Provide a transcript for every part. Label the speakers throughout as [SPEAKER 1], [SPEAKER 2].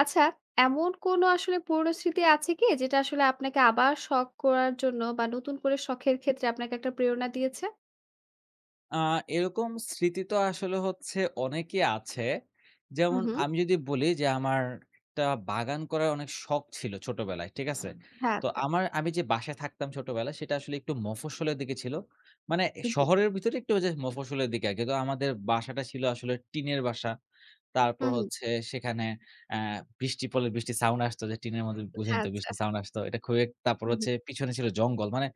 [SPEAKER 1] আচ্ছা, এমন কোনো আসলে পুরনো স্মৃতি আছে কি যেটা আসলে আপনাকে আবার শখ করার জন্য বা নতুন করে শখের ক্ষেত্রে আপনাকে একটা প্রেরণা দিয়েছে?
[SPEAKER 2] আ এরকম স্মৃতি তো আসলে হচ্ছে অনেকই আছে।
[SPEAKER 1] হুম,
[SPEAKER 2] যেমন
[SPEAKER 1] হুম।
[SPEAKER 2] আমি যদি বলি যে আমার একটা বাগান করার অনেক শখ ছিল ছোটবেলায়। ঠিক আছে?
[SPEAKER 1] হ্যাঁ,
[SPEAKER 2] তো
[SPEAKER 1] আচ্ছা।
[SPEAKER 2] আমি যে বাসায় থাকতাম ছোটবেলায় সেটা আসলে একটু মফস্বলের দিকে ছিল। মানে
[SPEAKER 1] জি।
[SPEAKER 2] শহরের ভিতরে একটু ওই যে মফস্বলের দিকে আরকি। তো আমাদের বাসাটা ছিল আসলে টিনের বাসা। তারপর
[SPEAKER 1] হুম, হুম।
[SPEAKER 2] হচ্ছে সেখানে অ্যা বৃষ্টি পড়লে বৃষ্টির সাউন্ড আসতো যে টিনের মধ্যে বুঝে
[SPEAKER 1] হ্যাঁ,
[SPEAKER 2] নিত
[SPEAKER 1] আচ্ছা।
[SPEAKER 2] বৃষ্টির সাউন্ড আসতো। এটা খুবই তারপর
[SPEAKER 1] হুম, হুম।
[SPEAKER 2] হচ্ছে পিছনে ছিল জঙ্গল। মানে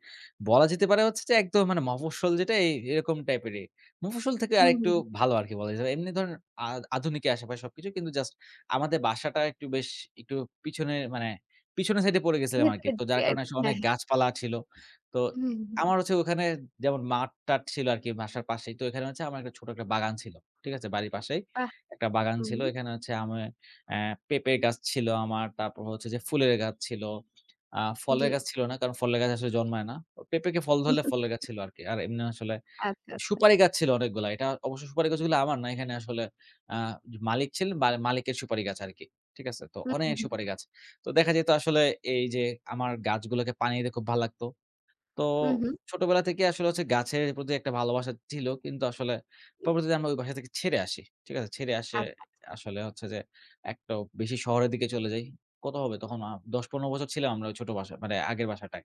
[SPEAKER 2] বলা যেতে পারে হচ্ছে যে একদম মানে মফস্বল যেটা এই এরকম টাইপেরই। মফস্বল থেকে
[SPEAKER 1] হুম, হুম,
[SPEAKER 2] আরেকটু
[SPEAKER 1] হুম।
[SPEAKER 2] ভালো আরকি বলা যায়। এমনি ধরেন আ আধুনিকের আশেপাশে সবকিছু কিন্তু জাস্ট আমাদের বাসাটা একটু বেশ একটু পিছনে মানে পিছনের সাইডে পড়ে গেছিলাম আরকি।
[SPEAKER 1] ভেতরের
[SPEAKER 2] তো
[SPEAKER 1] দিকে
[SPEAKER 2] যার কারণে
[SPEAKER 1] আরকি।
[SPEAKER 2] আসলে
[SPEAKER 1] হ্যাঁ,
[SPEAKER 2] অনেক
[SPEAKER 1] হ্যাঁ।
[SPEAKER 2] গাছপালা ছিল। তো
[SPEAKER 1] হুম, হুম, হুম।
[SPEAKER 2] আমার হচ্ছে ওখানে যেমন মাঠ-টাঠ ছিল আরকি বাসার পাশেই। তো এখানে হচ্ছে আমার একটা ছোট একটা বাগান ছিল। ঠিক আছে? বাড়ির পাশেই।
[SPEAKER 1] বাহ!
[SPEAKER 2] একটা বাগান ছিল।
[SPEAKER 1] হুম,
[SPEAKER 2] এখানে হচ্ছে আমি অ্যা পেঁপের গাছ ছিল আমার। তারপর হচ্ছে যে ফুলের গাছ ছিল।
[SPEAKER 1] জি।
[SPEAKER 2] ফলের গাছ ছিল না। কারণ ফলের গাছ আসলে জন্মায় না। পেঁপেকে ফল ধরলে ফলের গাছ ছিল আরকি। আর এমনি আসলে
[SPEAKER 1] আচ্ছা, আচ্ছা।
[SPEAKER 2] সুপারি গাছ ছিল অনেকগুলা। এটা অবশ্য সুপারি গাছগুলো আমার না। এখানে আসলে আ মালিক ছিলেন বা মালিকের সুপারি গাছ আরকি। ঠিক আছে? তো
[SPEAKER 1] হুম,
[SPEAKER 2] অনেক
[SPEAKER 1] হুম, হুম।
[SPEAKER 2] সুপারি গাছ। তো দেখা যেত আসলে এই যে আমার গাছগুলোকে পানি দিতে খুব ভাল লাগতো। তো
[SPEAKER 1] হুম, হুম।
[SPEAKER 2] ছোটবেলা থেকে আসলে হচ্ছে গাছের প্রতি একটা ভালোবাসা ছিল। কিন্তু আসলে
[SPEAKER 1] জি।
[SPEAKER 2] পরবর্তীতে আমরা ওই বাসা থেকে ছেড়ে আসি। ঠিক আছে? ছেড়ে আসে
[SPEAKER 1] আচ্ছা,
[SPEAKER 2] আসলে হচ্ছে যে একটা বেশি শহরের দিকে চলে যাই। কত হবে তখন ১০-১৫ বছর ছিলাম আমরা ওই ছোট বাসায় মানে আগের বাসাটায়।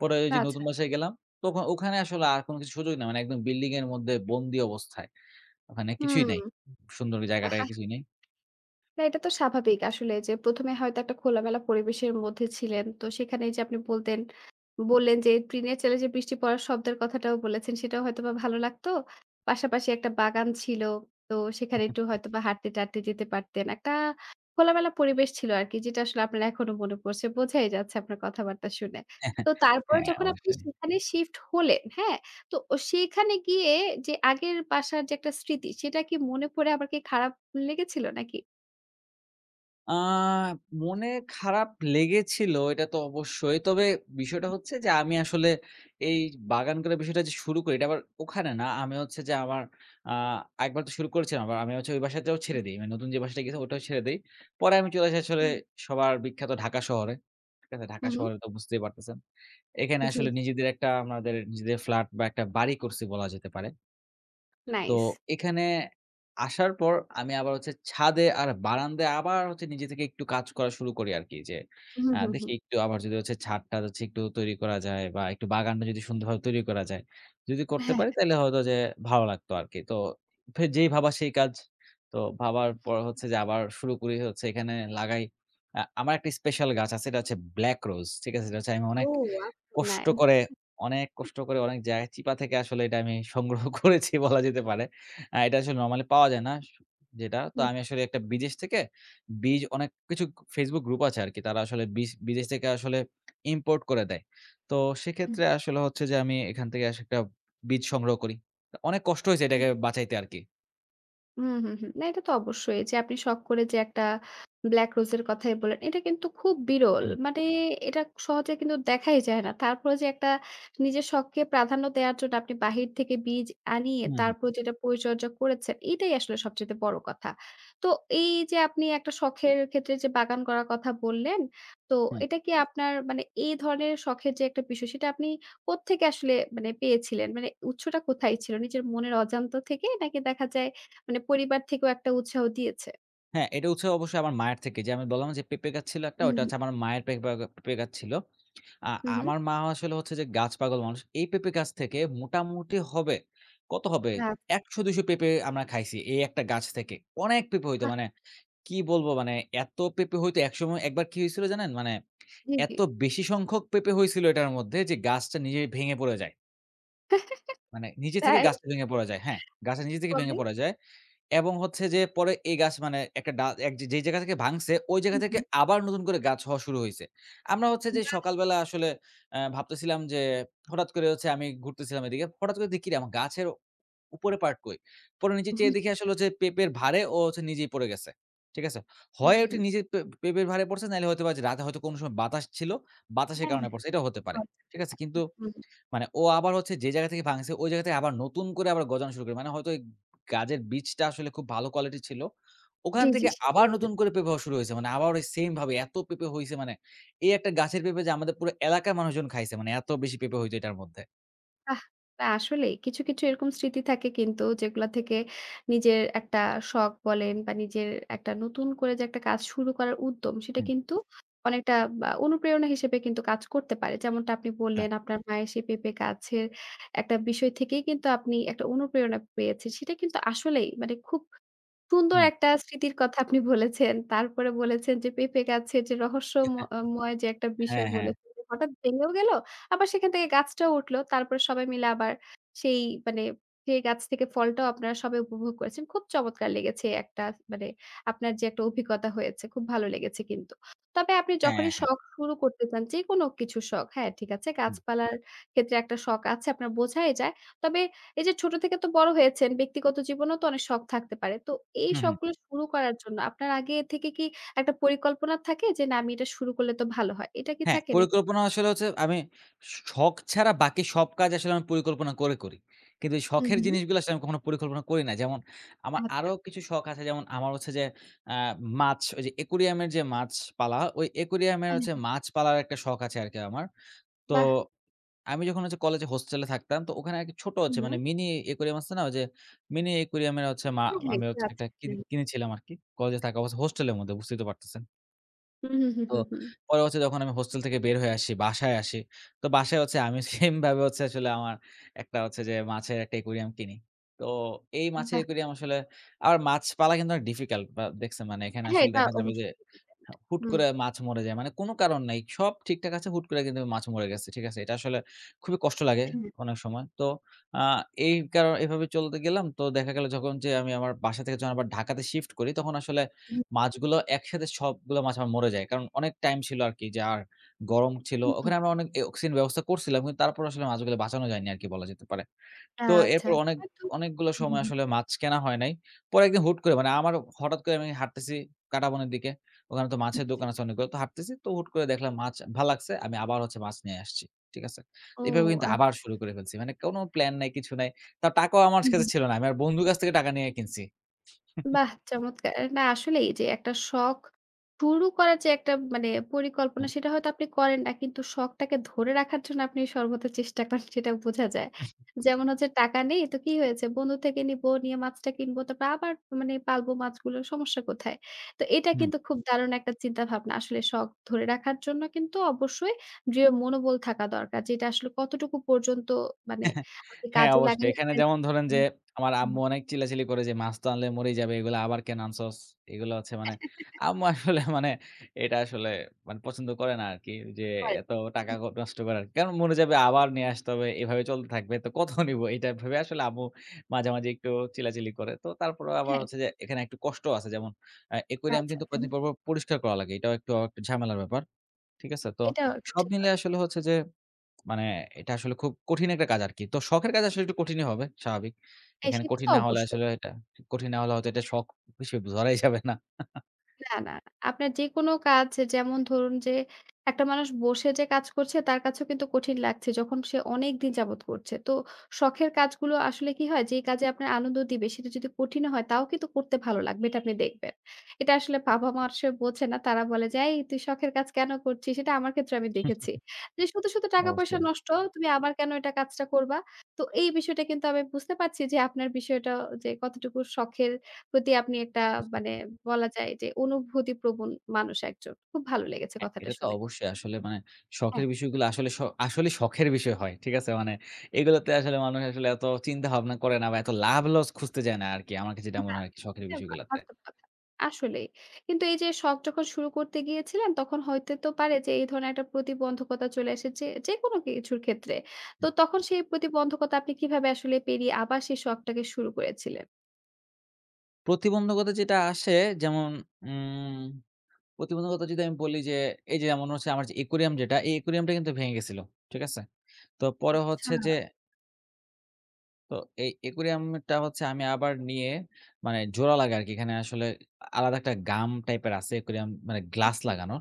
[SPEAKER 2] পরে ওই যে
[SPEAKER 1] আচ্ছা।
[SPEAKER 2] নতুন
[SPEAKER 1] আচ্ছা।
[SPEAKER 2] বাসায় গেলাম। তখন ওখানে আসলে আর কোনো কিছু সুযোগ নাই। মানে একদম বিল্ডিং এর মধ্যে বন্দি অবস্থায়। ওখানে কিছুই
[SPEAKER 1] হুম।
[SPEAKER 2] নাই। সুন্দর জায়গাটায় কিছুই নেই।
[SPEAKER 1] না, এটা তো স্বাভাবিক আসলে যে ১ম এ হয়তো একটা খোলামেলা পরিবেশের মধ্যে ছিলেন। তো সেখানে এইযে আপনি বললেন যে টিনের চালে যে বৃষ্টি পড়ার শব্দের কথাটাও বলেছেন সেটাও হয়তোবা ভালো লাগতো। পাশাপাশি একটা বাগান ছিল। তো সেখানে একটু হয়তোবা হাঁটতে-টাটতে যেতে পারতেন। একটা খোলামেলা পরিবেশ ছিল আরকি যেটা আসলে আপনার এখনো মনে পড়ছে। বোঝাই যাচ্ছে আপনার কথাবার্তা শুনে। তো তারপরে
[SPEAKER 2] হ্যাঁ,
[SPEAKER 1] যখন আপনি
[SPEAKER 2] অবশ্যই।
[SPEAKER 1] সেখানে শিফট হলেন, হ্যাঁ? তো ও সেইখানে গিয়ে যে আগের বাসার যে একটা স্মৃতি সেটা কি মনে পড়ে আবার কি খারাপ লেগেছিল নাকি?
[SPEAKER 2] আ মনে খারাপ লেগেছিল এটা তো অবশ্যই। তবে বিষয়টা হচ্ছে যে আমি আসলে এই বাগান করার বিষয়টা যে শুরু করি এটা আবার ওখানে না। আমি হচ্ছে যে আমার আ একবার তো শুরু করেছিলাম আবার আমি হচ্ছে ওই বাসাটাও ছেড়ে দেই। মানে নতুন যে বাসাটা গেছি ওটাও ছেড়ে দেই। পরে আমি চলে আসি আসলে
[SPEAKER 1] হুম,
[SPEAKER 2] সবার বিখ্যাত ঢাকা শহরে। ঠিক আছে?
[SPEAKER 1] হু,
[SPEAKER 2] ঢাকা
[SPEAKER 1] হু।
[SPEAKER 2] শহরে তো বুঝতেই পারতেছেন। এখানে
[SPEAKER 1] জি,
[SPEAKER 2] আসলে নিজেদের একটা আমাদের নিজেদের ফ্ল্যাট বা একটা বাড়ি করছি বলা যেতে পারে। তো
[SPEAKER 1] নাইস।
[SPEAKER 2] এখানে আসার পর আমি আবার হচ্ছে ছাদে আর বারান্দায় আবার হচ্ছে নিজে থেকে একটু কাজ করা শুরু করি আরকি যে,
[SPEAKER 1] হু, হু, হু।
[SPEAKER 2] দেখি একটু আবার যদি হচ্ছে ছাদটা হচ্ছে একটু তৈরি করা যায় বা একটু বাগানটা যদি সুন্দরভাবে তৈরি করা যায়। যদি করতে
[SPEAKER 1] হ্যাঁ।
[SPEAKER 2] পারি তাইলে হয়তো যে ভালো লাগতো আরকি। তো যেই ভাবা সেই কাজ। তো ভাবার পর হচ্ছে যে আবার শুরু করি হচ্ছে এখানে লাগাই। আমার একটা স্পেশাল গাছ আছে। এটা হচ্ছে ব্লাক রোজ। ঠিক আছে? এটা হচ্ছে আমি অনেক
[SPEAKER 1] ও! আচ্ছা,
[SPEAKER 2] কষ্ট
[SPEAKER 1] নাইস।
[SPEAKER 2] করে, অনেক কষ্ট করে অনেক জায়গায় চিপা থেকে আসলে এটা আমি সংগ্রহ করেছি বলা যেতে পারে। এটা আসলে নরমালি পাওয়া যায় না। যেটা তো
[SPEAKER 1] হু,
[SPEAKER 2] আমি আসলে একটা বিদেশ থেকে বীজ অনেক কিছু Facebook গ্রুপ আছে আরকি। তারা আসলে বিদেশ থেকে আসলে ইম্পোর্ট করে দেয়। তো
[SPEAKER 1] হু।
[SPEAKER 2] সেক্ষেত্রে আসলে হচ্ছে যে আমি এখান থেকে একটা বীজ সংগ্রহ করি। তো অনেক কষ্ট হয়েছে এটাকে বাঁচাইতে আরকি।
[SPEAKER 1] হুম, হুম, হুম। না এটা তো অবশ্যই যে আপনি শখ করে যে একটা ব্ল্যাক রোজ এর কথাই বললেন। এটা কিন্তু খুব বিরল।
[SPEAKER 2] হুম,
[SPEAKER 1] মানে এটা সহজে কিন্তু দেখাই যায় না। তারপরে যে একটা নিজের শখকে প্রাধান্য দেওয়ার জন্য আপনি বাহির থেকে বীজ আনিয়ে
[SPEAKER 2] হুম, হুম,
[SPEAKER 1] তারপর যেটা পরিচর্যা করেছেন, এটাই আসলে সবচাইতে বড় কথা। তো এই যে আপনি একটা শখের ক্ষেত্রে যে বাগান করার কথা বললেন, তো
[SPEAKER 2] হুম।
[SPEAKER 1] এটা কি আপনার মানে এই ধরনের শখের যে একটা বিষয় সেটা আপনি কোত্থেকে আসলে মানে পেয়েছিলেন? মানে উৎসটা কোথায় ছিল? নিজের মনের অজান্ত থেকে নাকি দেখা যায় মানে পরিবার থেকেও একটা উৎসাহ দিয়েছে।
[SPEAKER 2] হ্যাঁ, এটা হচ্ছে অবশ্যই আমার মায়ের থেকে। যে আমি বললাম না যে পেঁপে গাছ ছিল একটা,
[SPEAKER 1] হুম,
[SPEAKER 2] ওইটা
[SPEAKER 1] হুম,
[SPEAKER 2] হচ্ছে আমার মায়ের পেঁপে গাছ ছিল। আ
[SPEAKER 1] হুম, হুম।
[SPEAKER 2] আমার মা আসলে হচ্ছে যে গাছ পাগল মানুষ। এই পেঁপে গাছ থেকে মোটামুটি হবে, কত হবে?
[SPEAKER 1] আচ্ছা।
[SPEAKER 2] ১০০-২০০ পেঁপে আমরা খাইছি এই একটা গাছ থেকে। অনেক পেঁপে হইতো
[SPEAKER 1] বাহ!
[SPEAKER 2] মানে কি বলবো মানে এত পেঁপে হইতো একসময় একবার কি হয়েছিল জানেন? মানে
[SPEAKER 1] জি, জি।
[SPEAKER 2] এত বেশি সংখ্যক পেঁপে হয়েছিল এটার মধ্যে যে গাছটা নিজে ভেঙে পড়ে যায়। মানে নিজে থেকে
[SPEAKER 1] তাই
[SPEAKER 2] গাছটা ভেঙে পড়ে যায়। হ্যাঁ, গাছটা নিজে থেকে ভেঙে
[SPEAKER 1] পরে?
[SPEAKER 2] পড়ে যায়। এবং হচ্ছে যে পরে এই গাছ মানে একটা এক যেই জায়গা থেকে ভাঙছে, ওই জায়গা
[SPEAKER 1] হুম,
[SPEAKER 2] থেকে
[SPEAKER 1] হুম।
[SPEAKER 2] আবার নতুন করে গাছ হওয়া শুরু হইছে। আমরা হচ্ছে যে
[SPEAKER 1] বাহ!
[SPEAKER 2] সকালবেলা আসলে ভাবতেছিলাম যে হঠাৎ করে হচ্ছে আমি ঘুরতেছিলাম এদিকে। হঠাৎ করে দেখি আমার গাছের উপরের পার্ট কই? পরে নিচে চেয়ে
[SPEAKER 1] হুম,
[SPEAKER 2] দেখি আসলে হচ্ছে পেঁপের ভারে ও হচ্ছে নিজেই পড়ে গেছে। ঠিক আছে? হয় ওটি নিজে পেঁপের ভারে পড়ছে নাইলে হয়তোবা যে রাতে হয়তো কোনো সময় বাতাস ছিল, বাতাসের
[SPEAKER 1] হ্যাঁ,
[SPEAKER 2] কারণে
[SPEAKER 1] হ্যাঁ।
[SPEAKER 2] পড়ছে। এটাও হতে পারে।
[SPEAKER 1] চমৎকার
[SPEAKER 2] ঠিক আছে?
[SPEAKER 1] ব্যাপার।
[SPEAKER 2] কিন্তু
[SPEAKER 1] হুম,
[SPEAKER 2] মানে ও আবার হচ্ছে যে জায়গা থেকে ভাঙছে, ওই জায়গা থেকে আবার নতুন করে আবার গজানো শুরু করে। মানে হয়তো এই গাছের বীজটা আসলে খুব ভালো কোয়ালিটির ছিল। ওখান
[SPEAKER 1] জি, জি।
[SPEAKER 2] থেকে আবার
[SPEAKER 1] সেজন্যই
[SPEAKER 2] নতুন করে পেঁপে হওয়া শুরু হইছে। মানে আবার ওই সেম ভাবে এত পেঁপে হইছে মানে এই একটা গাছের পেঁপে যে আমাদের পুরো এলাকার মানুষজন খাইছে। মানে এত বেশি পেঁপে হইতো এটার মধ্যে।
[SPEAKER 1] বাহ! না আসলেই কিছু এরকম স্মৃতি থাকে কিন্তু যেগুলা থেকে নিজের একটা শখ বলেন বা নিজের একটা নতুন করে যে একটা কাজ শুরু করার উদ্যম সেটা
[SPEAKER 2] হুম,
[SPEAKER 1] কিন্তু অনেকটা বা অনুপ্রেরণা হিসেবে কিন্তু কাজ করতে পারে। যেমনটা আপনি
[SPEAKER 2] হ্যাঁ,
[SPEAKER 1] বললেন আপনার মায়ের সেই পেঁপে গাছের একটা বিষয় থেকেই কিন্তু আপনি একটা অনুপ্রেরণা পেয়েছেন। সেটা কিন্তু আসলেই মানে খুব সুন্দর
[SPEAKER 2] হুম।
[SPEAKER 1] একটা স্মৃতির কথা আপনি বলেছেন। তারপরে বলেছেন যে পেঁপে গাছের যে রহস্যম ময় যে একটা
[SPEAKER 2] হ্যাঁ,
[SPEAKER 1] বিষয়
[SPEAKER 2] হ্যাঁ।
[SPEAKER 1] বলেছেন যে হঠাৎ ভেঙেও গেল, আবার সেখান থেকে গাছটাও উঠলো। তারপরে সবাই মিলে আবার সেই মানে সেই গাছ থেকে ফলটাও আপনারা সবাই উপভোগ করেছেন। খুব চমৎকার লেগেছে একটা মানে আপনার যে একটা অভিজ্ঞতা হয়েছে খুব ভালো লেগেছে কিন্তু। তবে আপনি
[SPEAKER 2] হ্যাঁ,
[SPEAKER 1] যখনই
[SPEAKER 2] হ্যাঁ।
[SPEAKER 1] শখ শুরু করতে চান যেকোনো কিছু শখ, হ্যাঁ ঠিক আছে
[SPEAKER 2] হুম,
[SPEAKER 1] গাছপালার ক্ষেত্রে একটা শখ আছে আপনার বোঝাই যায়। তবে এই যে ছোট থেকে তো বড় হয়েছেন, ব্যক্তিগত জীবনেও তো অনেক শখ থাকতে পারে। তো এই
[SPEAKER 2] হুম, হুম।
[SPEAKER 1] শখগুলো শুরু করার জন্য আপনার আগে থেকে কি একটা পরিকল্পনা থাকে যে, "না, আমি এটা শুরু করলে তো ভালো হয়।" এটা কি
[SPEAKER 2] হ্যাঁ,
[SPEAKER 1] থাকে নাকি?
[SPEAKER 2] পরিকল্পনা আসলে হচ্ছে আমি শখ ছাড়া বাকি সব কাজ আসলে আমি পরিকল্পনা করে করি। কিন্তু এই
[SPEAKER 1] হুম,
[SPEAKER 2] শখের
[SPEAKER 1] হুম।
[SPEAKER 2] জিনিসগুলো আসলে আমি কখনো পরিকল্পনা করি না। যেমন আমার আরো
[SPEAKER 1] আচ্ছা।
[SPEAKER 2] কিছু শখ আছে যেমন আমার হচ্ছে যে আ মাছ ওই যে অ্যাকুরিয়ামের যে মাছ পালা, ওই অ্যাকুরিয়ামের
[SPEAKER 1] হ্যাঁ, হ্যাঁ,
[SPEAKER 2] হচ্ছে
[SPEAKER 1] হ্যাঁ।
[SPEAKER 2] মাছ পালার একটা শখ আছে আরকি আমার। তো
[SPEAKER 1] বাহ!
[SPEAKER 2] আমি যখন হচ্ছে কলেজে হোস্টেলে থাকতাম তো ওখানে আরকি ছোট হচ্ছে
[SPEAKER 1] হুম,
[SPEAKER 2] মানে
[SPEAKER 1] হুম।
[SPEAKER 2] মিনি অ্যাকুরিয়াম আছে না? ওই যে মিনি অ্যাকুরিয়ামের হচ্ছে
[SPEAKER 1] হ্যাঁ, হ্যাঁ,
[SPEAKER 2] আমি
[SPEAKER 1] এটা
[SPEAKER 2] হচ্ছে
[SPEAKER 1] আছে।
[SPEAKER 2] একটা
[SPEAKER 1] হ্যাঁ।
[SPEAKER 2] কিনেছিলাম আরকি। কলেজে থাকা অবস্থায় হোস্টেলের মধ্যে বুঝতেই তো পারতেছেন।
[SPEAKER 1] হুম, হুম, হুম,
[SPEAKER 2] তো
[SPEAKER 1] হুম, হুম।
[SPEAKER 2] পরে হচ্ছে যখন আমি হোস্টেল থেকে বের হয়ে আসি, বাসায় আসি। তো বাসায় হচ্ছে আমি সেম ভাবে হচ্ছে আসলে আমার একটা হচ্ছে যে মাছের একটা aquarium কিনি। তো এই মাছের
[SPEAKER 1] বাহ!
[SPEAKER 2] aquarium আসলে আর মাছ পালা কিন্তু অনেক ডিফিকাল্ট বা দেখছেন মানে এখানে
[SPEAKER 1] হ্যাঁ,
[SPEAKER 2] আসলে
[SPEAKER 1] এটা
[SPEAKER 2] দেখা যাবে যে
[SPEAKER 1] অবশ্যই ডিপেন্ড।
[SPEAKER 2] হুট
[SPEAKER 1] হুম।
[SPEAKER 2] করে মাছ মরে যায়। মানে কোনো কারণ নাই। সব ঠিকঠাক আছে, হুট করে কিন্তু মাছ মরে গেছে। ঠিক আছে? এটা আসলে খুবই কষ্ট লাগে
[SPEAKER 1] হুম,
[SPEAKER 2] অনেক সময়। তো আ এই কারণ এভাবে চলতে গেলাম। তো দেখা গেল যখন যে আমি আমার বাসা থেকে যখন আবার ঢাকাতে শিফট করি, তখন আসলে
[SPEAKER 1] হুম,
[SPEAKER 2] মাছগুলো একসাথে সবগুলো মাছ আমার মরে যায়। কারণ অনেক টাইম ছিল আরকি যে আর গরম ছিল।
[SPEAKER 1] হুম, হুম।
[SPEAKER 2] ওখানে আমরা অনেক অক্সিজেন ব্যবস্থা করছিলাম। কিন্তু তারপর আসলে মাছগুলো বাঁচানো যায়নি আরকি বলা যেতে পারে। তো
[SPEAKER 1] আচ্ছা।
[SPEAKER 2] এরপর অনেক
[SPEAKER 1] হয়তো
[SPEAKER 2] অনেকগুলো
[SPEAKER 1] হুম, হুম,
[SPEAKER 2] সময়
[SPEAKER 1] হুম।
[SPEAKER 2] আসলে মাছ কেনা হয় নাই। পরে একদিন হুট করে মানে আমার হঠাৎ করে আমি হাঁটতেছি কাঁটাবনের দিকে। ওখানে তো
[SPEAKER 1] জি,
[SPEAKER 2] মাছের
[SPEAKER 1] জি।
[SPEAKER 2] দোকান আছে অনেকগুলো। তো হাঁটতেছি তো হুট করে দেখলাম মাছ ভাল লাগছে। আমি আবার হচ্ছে মাছ নিয়ে আসছি। ঠিক আছে?
[SPEAKER 1] ও
[SPEAKER 2] এভাবে কিন্তু আবার
[SPEAKER 1] আচ্ছা।
[SPEAKER 2] শুরু করে ফেলছি। মানে কোনো প্ল্যান নাই, কিছু নাই। তাও টাকাও আমার
[SPEAKER 1] হুম,
[SPEAKER 2] কাছে
[SPEAKER 1] হুম।
[SPEAKER 2] ছিল না। আমি আমার বন্ধুর কাছ থেকে টাকা নিয়ে কিনছি।
[SPEAKER 1] বাহ! চমৎকার। না আসলেই যে একটা শখ শুরু করার যে একটা মানে পরিকল্পনা সেটা হয়তো আপনি করেন না। কিন্তু শখটাকে ধরে রাখার জন্য আপনি সর্বদা চেষ্টা করেন সেটা বোঝা যায়। যেমন হচ্ছে টাকা নেই তো কি হয়েছে? বন্ধু থেকে নিবো, নিয়ে মাছটা কিনবো তারপর আবার মানে পালবো মাছগুলো সমস্যা কোথায়? তো এটা
[SPEAKER 2] হুম।
[SPEAKER 1] কিন্তু খুব দারুণ একটা চিন্তাভাবনা। আসলে শখ ধরে রাখার জন্য কিন্তু অবশ্যই দৃঢ় মনোবল থাকা দরকার। যেটা আসলে কতটুকু পর্যন্ত মানে আপনি
[SPEAKER 2] হ্যাঁ,
[SPEAKER 1] কাজে
[SPEAKER 2] অবশ্যই।
[SPEAKER 1] লাগালে
[SPEAKER 2] এখানে
[SPEAKER 1] আপনার
[SPEAKER 2] যেমন ধরেন যে,
[SPEAKER 1] হুম,
[SPEAKER 2] আমার
[SPEAKER 1] হুম।
[SPEAKER 2] আম্মু অনেক চিল্লাচিল্লি করে যে, "মাছ তো আনলে মরেই যাবে। এগুলা আবার কেন আনছস?" এগুলো হচ্ছে মানে আম্মু আসলে মানে এটা আসলে মানে পছন্দ করে না আরকি। যে
[SPEAKER 1] হ্যাঁ,
[SPEAKER 2] এত টাকা নষ্ট করার। কারণ মরে যাবে আবার নিয়ে আসতে হবে। এভাবে চলতে থাকবে। তো কত নিব? এটা ভেবে আসলে আম্মু মাঝামাঝি একটু চিল্লাচিল্লি করে। তো তারপরেও আবার
[SPEAKER 1] হ্যাঁ।
[SPEAKER 2] হচ্ছে যে এখানে একটু কষ্ট আছে। যেমন
[SPEAKER 1] আচ্ছা,
[SPEAKER 2] একুয়ারিয়াম
[SPEAKER 1] আচ্ছা
[SPEAKER 2] কিন্তু কয়েকদিন
[SPEAKER 1] যেমন?
[SPEAKER 2] পর, পর পরিষ্কার করা লাগে। এটাও একটু, একটু ঝামেলার ব্যাপার। ঠিক আছে? তো
[SPEAKER 1] এটা একটা
[SPEAKER 2] সব
[SPEAKER 1] ঠিক
[SPEAKER 2] মিলে
[SPEAKER 1] কথা।
[SPEAKER 2] আসলে হচ্ছে যে মানে এটা আসলে খুব কঠিন একটা কাজ আরকি। তো শখের কাজ আসলে একটু কঠিনই হবে, স্বাভাবিক।
[SPEAKER 1] হ্যাঁ,
[SPEAKER 2] এখানে
[SPEAKER 1] সেটা
[SPEAKER 2] কঠিন
[SPEAKER 1] তো
[SPEAKER 2] না হলে
[SPEAKER 1] অবশ্যই।
[SPEAKER 2] আসলে এটা কঠিন না হলে হয়তো এটা শখ হিসেবে ধরাই যাবে না।
[SPEAKER 1] না, না। না। আপনার যেকোনো কাজ যেমন ধরুন যে, একটা মানুষ বসে যে কাজ করছে তার কাছেও কিন্তু কঠিন লাগছে যখন সে অনেকদিন যাবত করছে। তো শখের কাজগুলো আসলে কি হয়? যেই কাজে আপনার আনন্দ দিবে সেটা যদি কঠিনও হয় তাও কিন্তু করতে ভালো লাগবে এটা আপনি দেখবেন। এটা আসলে বাবা-মা আসলে বোঝে না। তারা বলে যে, "এই তুই শখের কাজ কেন করছিস?" এটা আমার ক্ষেত্রে আমি দেখেছি। যে শুধু টাকা পয়সা
[SPEAKER 2] অবশ্যই।
[SPEAKER 1] নষ্ট, তুমি আবার কেন এটা কাজটা করবা? তো এই বিষয়টা কিন্তু আমি বুঝতে পারছি যে আপনার বিষয়টা যে কতটুকু শখের প্রতি আপনি একটা মানে বলা যায় যে অনুভূতিপ্রবণ মানুষ একজন। খুব ভালো লেগেছে
[SPEAKER 2] হ্যাঁ,
[SPEAKER 1] কথাটা
[SPEAKER 2] এটা তো
[SPEAKER 1] শুনে।
[SPEAKER 2] অবশ্যই আসলে মানে
[SPEAKER 1] হ্যাঁ।
[SPEAKER 2] শখের বিষয়গুলো আসলে আসলে শখের বিষয় হয়। ঠিক আছে? মানে এগুলোতে আসলে মানুষ আসলে এত চিন্তা ভাবনা করে না বা এত লাভ লস খুঁজতে যায় না আরকি। আমার কাছে যেটা মনে
[SPEAKER 1] না,
[SPEAKER 2] হয় আরকি শখের
[SPEAKER 1] এটা বা
[SPEAKER 2] বিষয়গুলাতে।
[SPEAKER 1] বাস্তব কথা। আসলেই। কিন্তু এই যে শখ যখন শুরু করতে গিয়েছিলেন তখন হইতে তো পারে যে এই ধরনের একটা প্রতিবন্ধকতা চলে এসেছে যেকোনো কিছুর ক্ষেত্রে। তো তখন সেই প্রতিবন্ধকতা আপনি কিভাবে আসলে পেরিয়ে আবার সেই শখটাকে শুরু করেছিলেন?
[SPEAKER 2] প্রতিবন্ধকতা যেটা আসে যেমন উম প্রতিবন্ধকতা যদি আমি বলি যে, এই যে যেমন হচ্ছে আমার যে একুরিয়াম যেটা, এই একুরিয়ামটা কিন্তু ভেঙে গেছিল। ঠিক আছে? তো পরে
[SPEAKER 1] আচ্ছা।
[SPEAKER 2] হচ্ছে যে তো এই একুরিয়ামটা হচ্ছে আমি আবার নিয়ে মানে জোড়া লাগাই আরকি। এখানে আসলে আলাদা একটা গাম টাইপের আছে একুরিয়াম মানে গ্লাস লাগানো।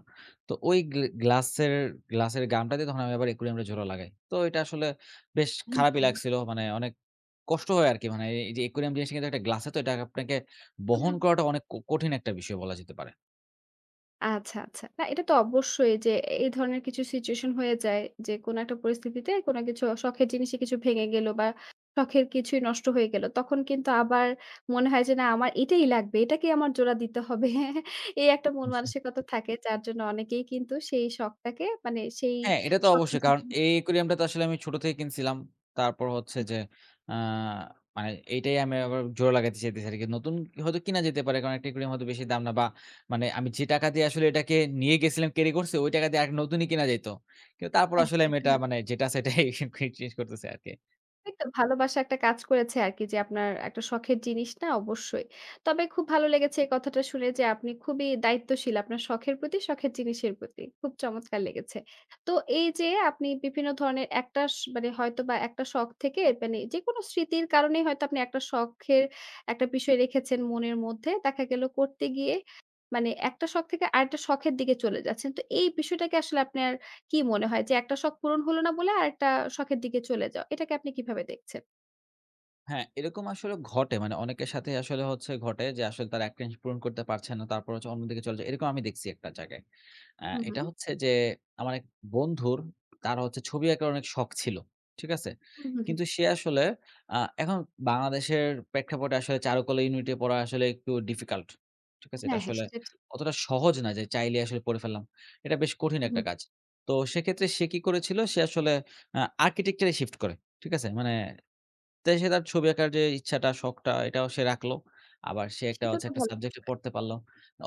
[SPEAKER 2] তো ওই গ্লাসের গ্লাসের গামটা দিয়ে তখন আমি আবার একুরিয়ামটা জোড়া লাগাই। তো এটা আসলে বেশ
[SPEAKER 1] হ্যাঁ,
[SPEAKER 2] খারাপই
[SPEAKER 1] হ্যাঁ।
[SPEAKER 2] লাগছিল। মানে অনেক কষ্ট হয় আরকি। মানে এই যে একুরিয়াম জিনিসটা কিন্তু একটা গ্লাসে তো এটা আপনাকে বহন করাটা অনেক কঠিন একটা বিষয় বলা যেতে পারে।
[SPEAKER 1] আচ্ছা, আচ্ছা। না এটা তো অবশ্যই যে এই ধরনের কিছু সিচুয়েশন হয়ে যায় যে কোনো একটা পরিস্থিতিতে কোনো কিছু শখের জিনিসই কিছু ভেঙে গেল বা শখের কিছুই নষ্ট হয়ে গেল। তখন কিন্তু আবার মনে হয় যে না আমার এটাই লাগবে। এটাকেই আমার জোড়া দিতে হবে। এই একটা মন মানসিকতা থাকে যার জন্য অনেকেই কিন্তু সেই শখটাকে মানে সেই
[SPEAKER 2] হ্যাঁ, এটা তো
[SPEAKER 1] শখের
[SPEAKER 2] অবশ্যই।
[SPEAKER 1] যে
[SPEAKER 2] কারণ
[SPEAKER 1] জিনিস-
[SPEAKER 2] এই aquarium টা তো আসলে আমি ছোট থেকে কিনছিলাম। তারপর হচ্ছে যে আ মানে এইটাই আমি আবার জোড়া লাগাতে চাইতেছি আরকি। নতুন হয়তো কিনা যেতে পারে। কারণ একটা aquarium হয়তো বেশি দাম না বা মানে আমি যে টাকা দিয়ে আসলে এটাকে নিয়ে গেছিলাম ক্যারি করছি, ওই টাকা দিয়ে আরেকটা নতুনই কিনা যাইত। কিন্তু তারপর
[SPEAKER 1] হ্যাঁ,
[SPEAKER 2] আসলে আমি এটা
[SPEAKER 1] হ্যাঁ।
[SPEAKER 2] মানে যেটা আছে এটাই চেঞ্জ করতেছি আরকি।
[SPEAKER 1] একটা ভালোবাসা একটা কাজ করেছে আরকি যে আপনার একটা শখের জিনিস না অবশ্যই। তবে খুব ভালো লেগেছে এই কথাটা শুনে যে আপনি খুবই দায়িত্বশীল আপনার শখের প্রতি, শখের জিনিসের প্রতি। খুব চমৎকার লেগেছে। তো এই যে আপনি বিভিন্ন ধরনের একটা স মানে হয়তোবা একটা শখ থেকে মানে যেকোনো স্মৃতির কারণেই হয়তো আপনি একটা শখের একটা বিষয় রেখেছেন মনের মধ্যে। দেখা গেল করতে গিয়ে মানে একটা শখ থেকে আরেকটা শখের দিকে চলে যাচ্ছেন। তো এই বিষয়টাকে আসলে আপনার কি মনে হয় যে একটা শখ পূরণ হলো না বলে আরেকটা শখের দিকে চলে যাওয়া। এটাকে আপনি কিভাবে দেখছেন?
[SPEAKER 2] হ্যাঁ, এরকম আসলে ঘটে। মানে অনেকের সাথেই আসলে হচ্ছে ঘটে যে আসলে তারা একটা জিনিস পূরণ করতে পারছে না। তারপর হচ্ছে অন্যদিকে চলে যায়। এরকম আমি দেখছি একটা জায়গায়।
[SPEAKER 1] হুম,
[SPEAKER 2] এটা
[SPEAKER 1] হুম।
[SPEAKER 2] হচ্ছে যে আমার এক বন্ধুর তার হচ্ছে ছবি আঁকার অনেক শখ ছিল। ঠিক আছে?
[SPEAKER 1] হুম, হুম, হুম।
[SPEAKER 2] কিন্তু সে আসলে এখন বাংলাদেশের প্রেক্ষাপটে আসলে চারুকলা ইউনিটে পড়া আসলে একটু ডিফিকাল্ট। ঠিক আছে? এটা
[SPEAKER 1] হ্যাঁ, হ্যাঁ
[SPEAKER 2] আসলে
[SPEAKER 1] সেটা ঠিক।
[SPEAKER 2] অতটা সহজ না যে চাইলেই আসলে পড়ে ফেললাম। এটা বেশ কঠিন
[SPEAKER 1] হুম,
[SPEAKER 2] একটা
[SPEAKER 1] হুম।
[SPEAKER 2] কাজ। তো সেক্ষেত্রে
[SPEAKER 1] হুম।
[SPEAKER 2] সে কি করেছিল? সে আসলে আ আর্কিটেকচারে শিফট করে। ঠিক আছে? মানে তাই সে তার ছবি আঁকার যে ইচ্ছাটা, শখটা এটাও সে রাখলো। আবার সে একটা
[SPEAKER 1] সেটা
[SPEAKER 2] হচ্ছে
[SPEAKER 1] তো
[SPEAKER 2] একটা
[SPEAKER 1] ভালো
[SPEAKER 2] সাবজেক্টে
[SPEAKER 1] বিষয়।
[SPEAKER 2] পড়তে পারল।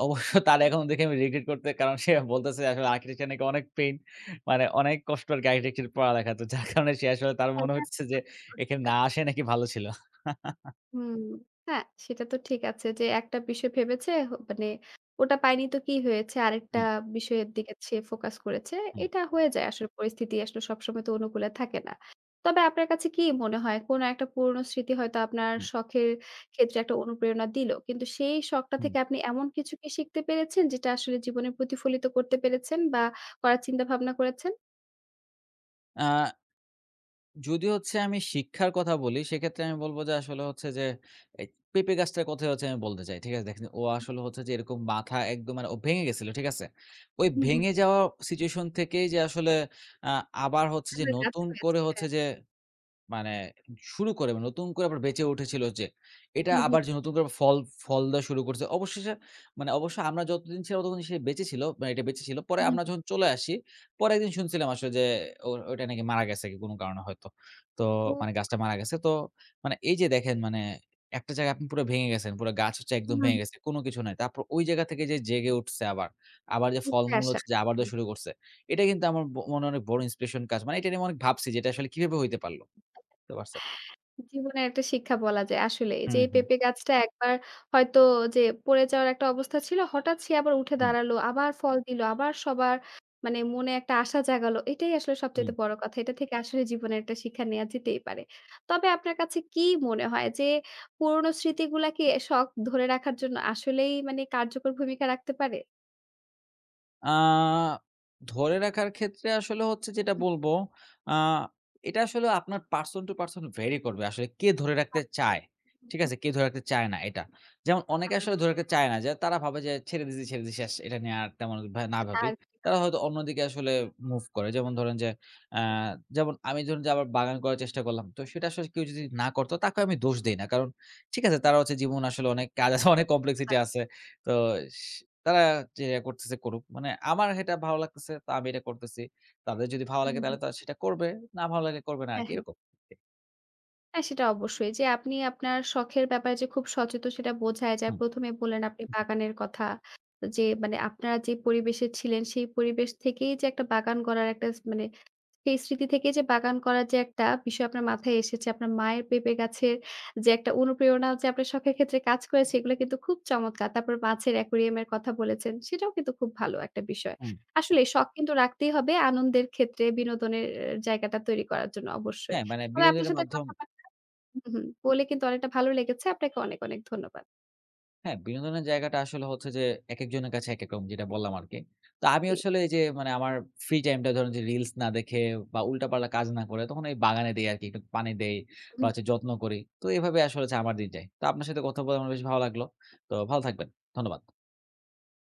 [SPEAKER 2] অবশ্য তার এখন দেখে আমি রিগ্রেট করতে কারণ সে বলতেছে আসলে আর্কিটেকচার নাকি অনেক পেইন। মানে অনেক কষ্ট আরকি আর্কিটেকচার পড়ালেখা। তো যার কারণে সে আসলে তার
[SPEAKER 1] হ্যাঁ,
[SPEAKER 2] মনে হচ্ছে যে এখানে
[SPEAKER 1] এটা
[SPEAKER 2] না আসাই নাকি ভালো ছিল।
[SPEAKER 1] হুম, হ্যাঁ, সেটা তো ঠিক আছে যে একটা বিষয় ভেবেছে হ মানে ওটা পায়নি তো কি হয়েছে? আরেকটা
[SPEAKER 2] হুম,
[SPEAKER 1] বিষয়ের দিকে সে ফোকাস করেছে।
[SPEAKER 2] হুম,
[SPEAKER 1] এটা হয়ে যায় আসলে পরিস্থিতি আসলে সবসময় তো অনুকূলে থাকে না। তবে আপনার কাছে কি মনে হয় কোন একটা পুরনো স্মৃতি হয়তো আপনার
[SPEAKER 2] হুম,
[SPEAKER 1] শখের ক্ষেত্রে একটা অনুপ্রেরণা দিল। কিন্তু সেই শখটা
[SPEAKER 2] হুম।
[SPEAKER 1] থেকে আপনি এমন কিছু কি শিখতে পেরেছেন যেটা আসলে জীবনে প্রতিফলিত করতে পেরেছেন বা করার চিন্তা ভাবনা করেছেন?
[SPEAKER 2] আ যদি হচ্ছে আমি শিক্ষার কথা বলি, সেক্ষেত্রে আমি বলব যে আসলে হচ্ছে যে এই পেঁপে গাছটার কথাই হচ্ছে আমি বলতে চাই। ঠিক আছে? দেখেন ও আসলে হচ্ছে যে এরকম মাথা একদম মানে ও ভেঙে গেছিল। ঠিক আছে? ওই
[SPEAKER 1] হুম, হুম।
[SPEAKER 2] ভেঙে
[SPEAKER 1] হুম।
[SPEAKER 2] যাওয়া সিচুয়েশন থেকেই যে আসলে আ আবার হচ্ছে যে
[SPEAKER 1] আপনার কাজ
[SPEAKER 2] নতুন
[SPEAKER 1] হয়েছে,
[SPEAKER 2] করে হচ্ছে
[SPEAKER 1] হ্যাঁ।
[SPEAKER 2] যে মানে শুরু করে মানে নতুন করে আবার বেঁচে উঠেছিল যে, এটা
[SPEAKER 1] হুম, হুম,
[SPEAKER 2] আবার যে নতুন করে ফল ফল দেওয়া শুরু করছে। অবশেষে মানে অবশ্য আমরা যতদিন ছিলাম ততদিন সে বেঁচে ছিল। মানে এটা বেঁচে ছিল। পরে
[SPEAKER 1] হুম,
[SPEAKER 2] আমরা
[SPEAKER 1] হুম।
[SPEAKER 2] যখন চলে আসি, পরে একদিন শুনছিলাম আসলে যে ও ওইটা নাকি মারা গেছে কি কোনো কারণে হয়তো। তো
[SPEAKER 1] ও
[SPEAKER 2] মানে গাছটা মারা
[SPEAKER 1] আচ্ছা।
[SPEAKER 2] গেছে। তো মানে এই যে দেখেন মানে একটা জায়গায় আপনি পুরো ভেঙে গেছেন। পুরো গাছ হচ্ছে একদম
[SPEAKER 1] হুম,
[SPEAKER 2] ভেঙে গেছে। কোনো কিছু নাই। তারপর ওই জায়গা থেকে যে জেগে উঠছে আবার, আবার যে
[SPEAKER 1] উঠে
[SPEAKER 2] ফলমূল
[SPEAKER 1] আসা।
[SPEAKER 2] হচ্ছে যে আবার দেওয়া শুরু করছে। এটা কিন্তু আমার মনে অনেক বড় ইন্সপিরেশন কাজ। মানে এটা নিয়ে আমি অনেক ভাবছি যে এটা আসলে কিভাবে হইতে পারল? বুঝতে পারছেন?
[SPEAKER 1] জীবনের একটা শিক্ষা বলা যায় আসলেই। যে
[SPEAKER 2] হুম,
[SPEAKER 1] এই
[SPEAKER 2] হুম,
[SPEAKER 1] পেঁপে গাছটা একবার হয়তো যে পড়ে যাওয়ার একটা অবস্থা ছিল, হঠাৎ সে আবার উঠে
[SPEAKER 2] হুম,
[SPEAKER 1] দাঁড়ালো, আবার ফল দিল, আবার সবার মানে মনে একটা আশা জাগালো। এটাই আসলে
[SPEAKER 2] হুম।
[SPEAKER 1] সবচাইতে বড় কথা। এটা থেকে আসলে জীবনের একটা শিক্ষা নেয়া যেতেই পারে। তবে আপনার কাছে কি মনে হয় যে পুরনো স্মৃতিগুলাকে শখ ধরে রাখার জন্য আসলেই মানে কার্যকর ভূমিকা রাখতে পারে?
[SPEAKER 2] আ ধরে রাখার ক্ষেত্রে আসলে হচ্ছে যেটা
[SPEAKER 1] হুম,
[SPEAKER 2] বলব, আ এটা আসলে আপনার পারসন টু পারসন ভেরি করবে। আসলে কে ধরে রাখতে
[SPEAKER 1] বাহ!
[SPEAKER 2] চায়,
[SPEAKER 1] হুম,
[SPEAKER 2] ঠিক
[SPEAKER 1] হুম,
[SPEAKER 2] আছে? কে ধরে রাখতে চায় না এটা। যেমন অনেকে
[SPEAKER 1] আচ্ছা।
[SPEAKER 2] আসলে ধরে রাখতে চায় না যে তারা ভাবে যে ছেড়ে দিছি, ছেড়ে দিছি শেষ। এটা নিয়ে আর তেমন না ভাবি।
[SPEAKER 1] আর কি
[SPEAKER 2] তারা
[SPEAKER 1] হবে?
[SPEAKER 2] হয়তো অন্যদিকে আসলে মুভ করে। যেমন ধরেন যে আ
[SPEAKER 1] হুম,
[SPEAKER 2] যেমন আমি ধরুন যে আবার বাগান করার চেষ্টা করলাম। তো সেটা আসলে কেউ যদি
[SPEAKER 1] হুম,
[SPEAKER 2] না করত তাকে আমি দোষ দেই না। কারণ ঠিক আছে
[SPEAKER 1] হুম,
[SPEAKER 2] তারা হচ্ছে জীবন আসলে অনেক কাজ আছে,
[SPEAKER 1] হুম,
[SPEAKER 2] অনেক কমপ্লেক্সিটি আছে। তো সে তারা যেটা করতেছে করুক। মানে আমার এটা ভালো লাগতেছে তো আমি এটা করতেছি। তাদের যদি ভালো
[SPEAKER 1] হুম।
[SPEAKER 2] লাগে তাহলে
[SPEAKER 1] হুম।
[SPEAKER 2] তারা সেটা করবে। না ভালো লাগলে করবে না
[SPEAKER 1] হ্যাঁ,
[SPEAKER 2] আরকি
[SPEAKER 1] হ্যাঁ।
[SPEAKER 2] এরকম।
[SPEAKER 1] হ্যাঁ, সেটা অবশ্যই যে আপনি আপনার শখের ব্যাপারে যে খুব সচেতন সেটা বোঝাই যায়।
[SPEAKER 2] হুম,
[SPEAKER 1] ১ম এ বললেন আপনি বাগানের কথা। যে মানে আপনারা যে পরিবেশে ছিলেন সেই পরিবেশ থেকেই যে একটা বাগান করার একটা স মানে সেই স্মৃতি থেকেই যে বাগান করার যে একটা বিষয় আপনার মাথায় এসেছে। আপনার মায়ের পেঁপে গাছের যে একটা অনুপ্রেরণা যে আপনার শখের ক্ষেত্রে কাজ করেছে এগুলো কিন্তু খুব চমৎকার। তারপর মাছের অ্যাকুরিয়াম এর কথা বলেছেন। সেটাও কিন্তু খুব ভালো একটা বিষয়।
[SPEAKER 2] হুম।
[SPEAKER 1] আসলে শখ কিন্তু রাখতেই হবে আনন্দের ক্ষেত্রে বিনোদনের জায়গাটা তৈরি করার জন্য অবশ্যই।
[SPEAKER 2] হ্যাঁ, মানে
[SPEAKER 1] তবে আপনার
[SPEAKER 2] বিনোদনের
[SPEAKER 1] সাথে
[SPEAKER 2] মাধ্যম
[SPEAKER 1] কথা হুম, বলে কিন্তু অনেকটা ভালো লেগেছে। আপনাকে অনেক, অনেক ধন্যবাদ।
[SPEAKER 2] হ্যাঁ, বিনোদনের জায়গাটা আসলে হচ্ছে যে একেকজনের কাছে একেক রকম যেটা বললাম আরকি। তো আমি
[SPEAKER 1] জি।
[SPEAKER 2] আসলে এই যে মানে আমার ফ্রি টাইমটা ধরেন যে রিলস না দেখে বা উল্টাপাল্টা কাজ না করে তখন এই বাগানে দেই আরকি। একটু পানি দেই বা হচ্ছে যত্ন করি। তো এভাবে আসলে হচ্ছে আমার দিন যায়। তো আপনার সাথে কথা বলে আমার বেশ ভালো লাগলো। তো ভালো থাকবেন। ধন্যবাদ।